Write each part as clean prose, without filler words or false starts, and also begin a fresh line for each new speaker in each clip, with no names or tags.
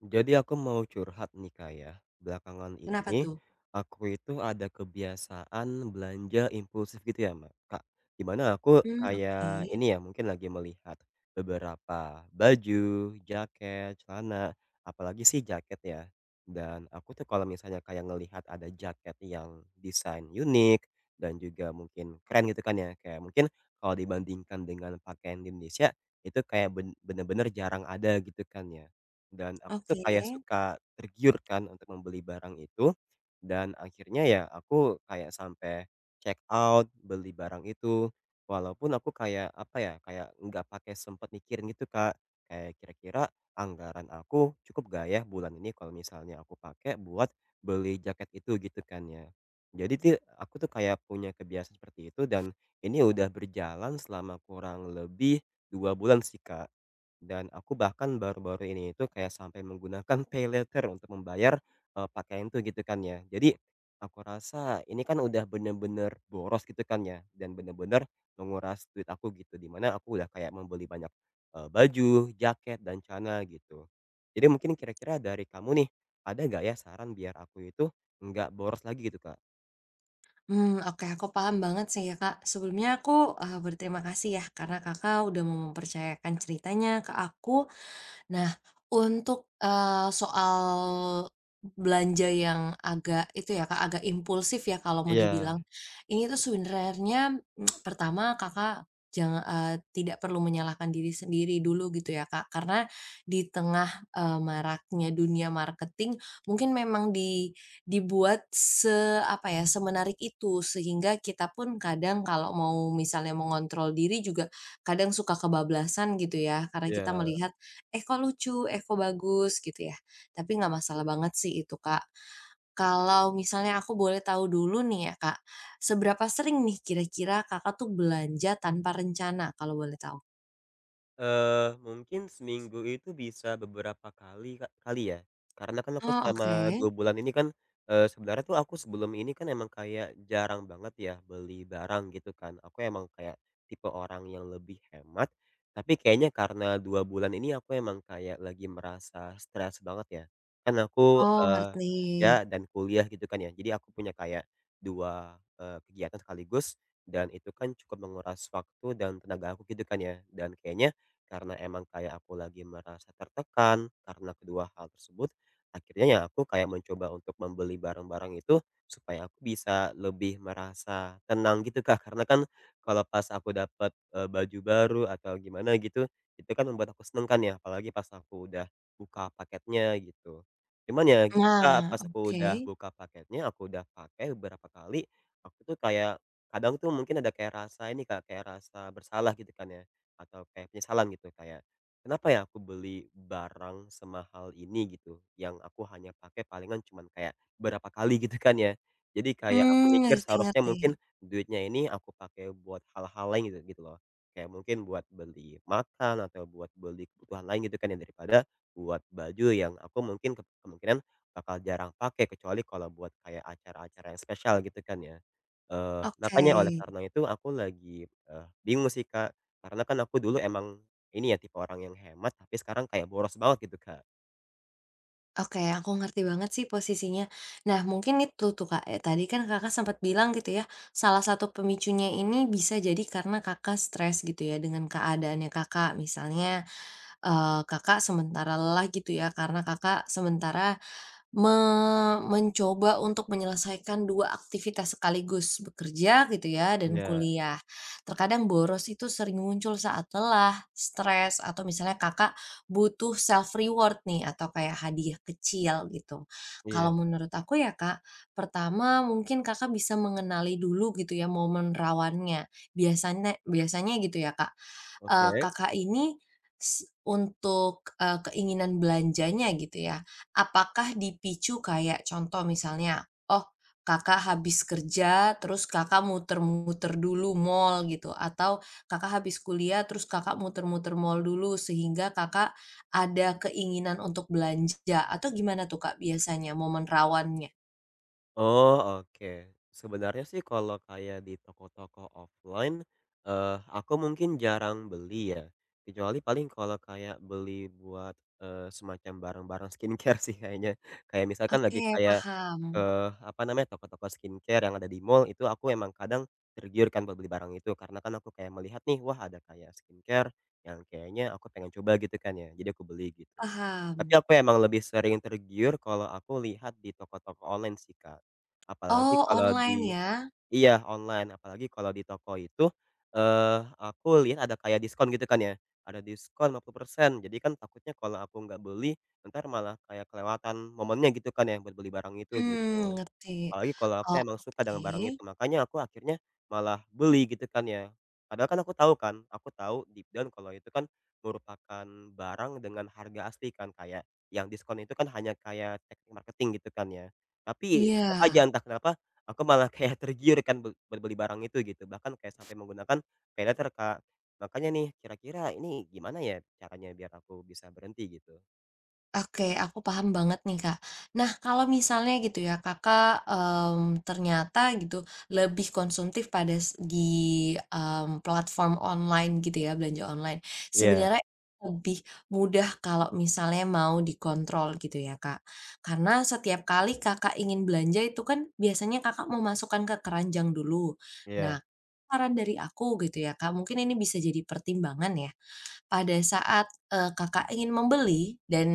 Jadi aku mau curhat nih Kak ya. Belakangan
Kenapa
ini,
tuh?
aku itu ada kebiasaan belanja impulsif gitu ya Ma Kak, di mana aku
Oke
kayak ini ya, mungkin lagi melihat beberapa baju, jaket, celana, apalagi sih jaket ya. Dan aku tuh kalau misalnya kayak ngelihat ada jaket yang desain unik, dan juga mungkin keren gitu kan ya, kayak mungkin kalau dibandingkan dengan pakaian di Indonesia, itu kayak bener-bener jarang ada gitu kan ya. Dan aku tuh
oke.
kayak suka tergiurkan untuk membeli barang itu, dan akhirnya ya aku kayak sampai check out beli barang itu. Walaupun aku kayak, apa ya, kayak nggak pakai sempet mikirin gitu, Kak. Kayak kira-kira anggaran aku cukup nggak ya bulan ini kalau misalnya aku pakai buat beli jaket itu gitu kan ya. Jadi tuh aku tuh kayak punya kebiasaan seperti itu dan ini udah berjalan selama kurang lebih 2 bulan sih, Kak. Dan aku bahkan baru-baru ini itu kayak sampai menggunakan pay later untuk membayar, pakaian itu gitu kan ya. Jadi, aku rasa ini kan udah bener-bener boros gitu kan ya, dan bener-bener menguras duit aku gitu, dimana aku udah kayak membeli banyak, baju, jaket, dan celana gitu. Jadi mungkin kira-kira dari kamu nih, ada nggak ya saran biar aku itu nggak boros lagi gitu, Kak?
Oke, aku paham banget sih ya Kak. Sebelumnya aku, berterima kasih ya karena Kakak udah mau mempercayakan ceritanya ke aku. Nah, untuk, soal belanja yang agak itu ya Kak, agak impulsif ya kalau mau
Iya,
dibilang. Ini tuh sebenarnya, pertama Kakak jangan tidak perlu menyalahkan diri sendiri dulu gitu ya Kak, karena di tengah, maraknya dunia marketing, mungkin memang dibuat apa ya, semenarik itu, sehingga kita pun kadang kalau mau misalnya mengontrol diri juga kadang suka kebablasan gitu ya, karena kita
iya.
melihat. Eh, kok lucu, eh, kok bagus gitu ya. Tapi nggak masalah banget sih itu, Kak. Kalau misalnya aku boleh tahu dulu nih ya Kak, seberapa sering nih kira-kira Kakak tuh belanja tanpa rencana kalau boleh tahu?
Mungkin seminggu itu bisa beberapa kali Kak kali ya, karena kan aku
Oh, oke.
selama 2 bulan ini kan, sebenarnya tuh aku sebelum ini kan emang kayak jarang banget ya beli barang gitu kan, aku emang kayak tipe orang yang lebih hemat, tapi kayaknya karena 2 bulan ini aku emang kayak lagi merasa stres banget ya, kan aku,
Oh, ngerti.
kerja dan kuliah gitu kan ya, jadi aku punya kayak 2 kegiatan sekaligus dan itu kan cukup menguras waktu dan tenaga aku gitu kan ya, dan kayaknya karena emang kayak aku lagi merasa tertekan karena kedua hal tersebut, akhirnya ya aku kayak mencoba untuk membeli barang-barang itu supaya aku bisa lebih merasa tenang gitu, Kak. Karena kan kalau pas aku dapat, baju baru atau gimana gitu, itu kan membuat aku seneng kan ya, apalagi pas aku udah buka paketnya gitu. Cuman ya gitu, Kak,
Nah,
pas aku udah
oke.
buka paketnya, aku udah pakai beberapa kali, aku tuh kayak kadang tuh mungkin ada kayak rasa ini, Kak, kayak rasa bersalah gitu kan ya. Atau kayak penyesalan gitu kayak, "Kenapa ya aku beli barang semahal ini?" Gitu, yang aku hanya pakai palingan cuman kayak berapa kali gitu kan ya. Jadi kayak aku
Hmm,
mikir
ngerti
seharusnya
ngerti.
mungkin duitnya ini aku pakai buat hal-hal lain gitu gitu loh. Kayak mungkin buat beli makan atau buat beli kebutuhan lain gitu kan ya, daripada buat baju yang aku mungkin kemungkinan bakal jarang pakai kecuali kalau buat kayak acara-acara yang spesial gitu kan ya.
Oke.
Makanya oleh karena itu aku lagi, bingung sih, Kak. Karena kan aku dulu emang ini ya, tipe orang yang hemat, tapi sekarang kayak boros banget gitu, Kak.
Oke, aku ngerti banget sih posisinya. Nah, mungkin itu tuh Kak, tadi kan Kakak sempat bilang gitu ya, salah satu pemicunya ini bisa jadi karena Kakak stres gitu ya dengan keadaannya Kakak. Misalnya, Kakak sementara lelah gitu ya karena Kakak sementara Me mencoba untuk menyelesaikan 2 aktivitas sekaligus, bekerja gitu ya dan
Iya,
kuliah. Terkadang boros itu sering muncul saat lelah, stres, atau misalnya Kakak butuh self reward nih atau kayak hadiah kecil gitu.
iya,
Kalau menurut aku ya Kak, pertama mungkin Kakak bisa mengenali dulu gitu ya momen rawannya. Biasanya biasanya gitu ya Kak,
oke.
Kakak ini untuk, keinginan belanjanya gitu ya, apakah dipicu kayak contoh misalnya, oh Kakak habis kerja terus Kakak muter-muter dulu mall gitu, atau Kakak habis kuliah terus Kakak muter-muter mall dulu sehingga Kakak ada keinginan untuk belanja, atau gimana tuh Kak biasanya momen rawannya?
Oh, oke. Sebenarnya sih kalau kayak di toko-toko offline, eee, aku mungkin jarang beli ya, kecuali paling kalau kayak beli buat, semacam barang-barang skincare sih kayaknya. Kayak misalkan
Oke,
lagi kayak,
paham
Apa namanya, toko-toko skincare yang ada di mall itu aku emang kadang tergiurkan buat beli barang itu karena kan aku kayak melihat nih, wah ada kayak skincare yang kayaknya aku pengen coba gitu kan ya, jadi aku beli gitu. Tapi
paham.
aku emang lebih sering tergiur kalau aku lihat di toko-toko online sih, Kak. Apalagi
Oh,
kalau
online
di
ya?
iya online, apalagi kalau di toko itu, eh aku lihat ada kayak diskon gitu kan ya, ada diskon 50%. Jadi kan takutnya kalau aku nggak beli, ntar malah kayak kelewatan momennya gitu kan ya buat beli barang itu
Hmm,
gitu.
ngerti.
Apalagi kalau aku
Oh,
emang suka
oke.
dengan barang itu, makanya aku akhirnya malah beli gitu kan ya. Padahal kan, aku tahu deep down kalau itu kan merupakan barang dengan harga asli kan, kayak yang diskon itu kan hanya kayak teknik marketing gitu kan ya. Tapi
Iya.
tetap aja entah kenapa aku malah kayak tergiur kan berbeli barang itu gitu, bahkan kayak sampai menggunakan paylater, Kak. Makanya nih kira-kira ini gimana ya caranya biar aku bisa berhenti gitu?
Oke, aku paham banget nih, Kak. Nah, kalau misalnya gitu ya, Kakak, ternyata gitu lebih konsumtif pada di, platform online gitu ya, belanja online.
Iya,
Sebenarnya lebih mudah kalau misalnya mau dikontrol gitu ya, Kak. Karena setiap kali Kakak ingin belanja itu kan biasanya Kakak memasukkan ke keranjang dulu. Nah,
iya.
saran dari aku gitu ya Kak, mungkin ini bisa jadi pertimbangan ya pada saat, Kakak ingin membeli dan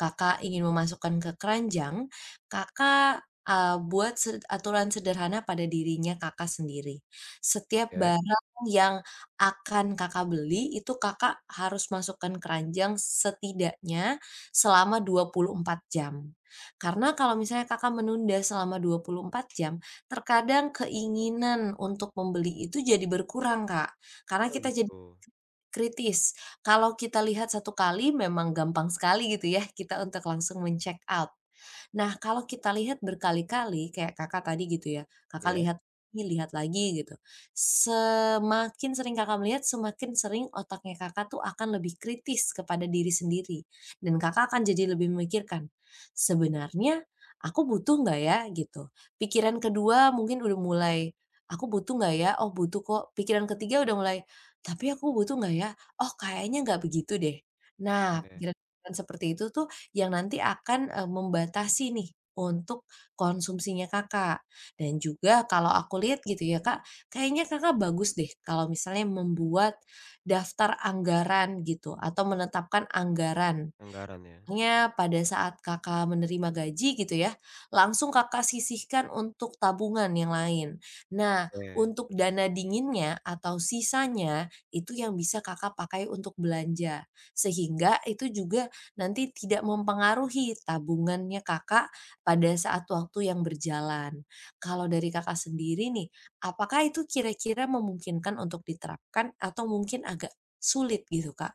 Kakak ingin memasukkan ke keranjang, Kakak, buat aturan sederhana pada dirinya Kakak sendiri. Setiap
Oke.
barang yang akan Kakak beli itu Kakak harus masukkan keranjang setidaknya selama 24 jam. Karena kalau misalnya Kakak menunda selama 24 jam, terkadang keinginan untuk membeli itu jadi berkurang, Kak. Karena
Oh
kita jadi
gitu.
kritis, kalau kita lihat satu kali memang gampang sekali gitu ya kita untuk langsung men-check out. Nah, kalau kita lihat berkali-kali kayak Kakak tadi gitu ya, Kakak
Iya?
lihat lagi gitu. Semakin sering Kakak melihat, semakin sering otaknya Kakak tuh akan lebih kritis kepada diri sendiri dan Kakak akan jadi lebih memikirkan, "Sebenarnya aku butuh nggak ya?" gitu. Pikiran kedua mungkin udah mulai, "Aku butuh nggak ya? Oh, butuh kok." Pikiran ketiga udah mulai, "Tapi aku butuh nggak ya? Oh, kayaknya nggak begitu deh." Nah,
Oke.
pikiran-pikiran seperti itu tuh yang nanti akan, membatasi nih untuk konsumsinya Kakak. Dan juga kalau aku lihat gitu ya Kak, kayaknya Kakak bagus deh kalau misalnya membuat daftar anggaran gitu atau menetapkan anggaran.
Anggaran ya?
Misalnya pada saat Kakak menerima gaji gitu ya, langsung Kakak sisihkan untuk tabungan yang lain. Nah,
Oke,
untuk dana dinginnya atau sisanya itu yang bisa Kakak pakai untuk belanja. Sehingga itu juga nanti tidak mempengaruhi tabungannya Kakak pada saat waktu yang berjalan. Kalau dari Kakak sendiri nih, apakah itu kira-kira memungkinkan untuk diterapkan atau mungkin agak sulit gitu, Kak?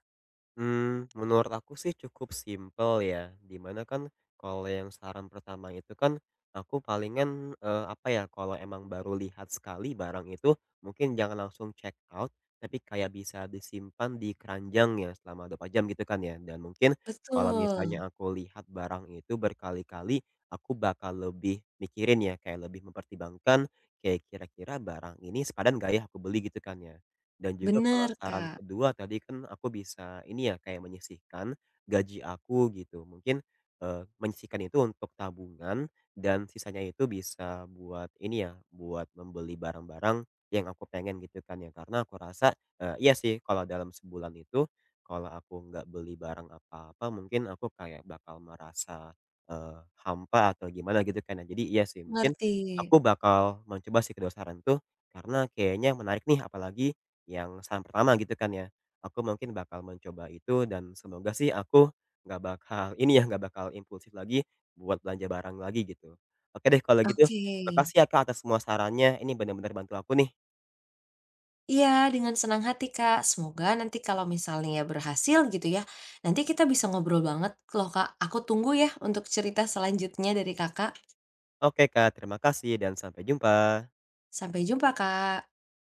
menurut aku sih cukup simpel ya, di mana kan kalau yang saran pertama itu kan aku palingan, apa ya, kalau emang baru lihat sekali barang itu mungkin jangan langsung check out, tapi kayak bisa disimpan di keranjang ya selama 24 jam gitu kan ya, dan mungkin kalau misalnya
Betul,
aku lihat barang itu berkali-kali aku bakal lebih mikirin ya, kayak lebih mempertimbangkan kayak kira-kira barang ini sepadan nggak ya aku beli gitu kan ya. Dan juga kalau
bener,
saran
Kak.
kedua tadi kan aku bisa ini ya, kayak menyisihkan gaji aku gitu. Mungkin, menyisihkan itu untuk tabungan dan sisanya itu bisa buat ini ya, buat membeli barang-barang yang aku pengen gitu kan ya. Karena aku rasa, iya sih kalau dalam sebulan itu, kalau aku nggak beli barang apa-apa mungkin aku kayak bakal merasa, eee, hampa atau gimana gitu kan ya. Jadi iya sih mungkin
Ngerti,
aku bakal mencoba sih kedua saran tuh, karena kayaknya menarik nih apalagi yang saran pertama gitu kan ya, aku mungkin bakal mencoba itu dan semoga sih aku nggak bakal ini ya, nggak bakal impulsif lagi buat belanja barang lagi gitu. Oke deh kalau gitu,
oke.
makasih ya Kak atas semua sarannya, ini benar-benar bantu aku nih.
Iya, dengan senang hati, Kak. Semoga nanti kalau misalnya berhasil gitu ya, nanti kita bisa ngobrol banget loh, Kak. Aku tunggu ya untuk cerita selanjutnya dari Kakak.
Oke Kak, terima kasih dan sampai jumpa.
Sampai jumpa, Kak.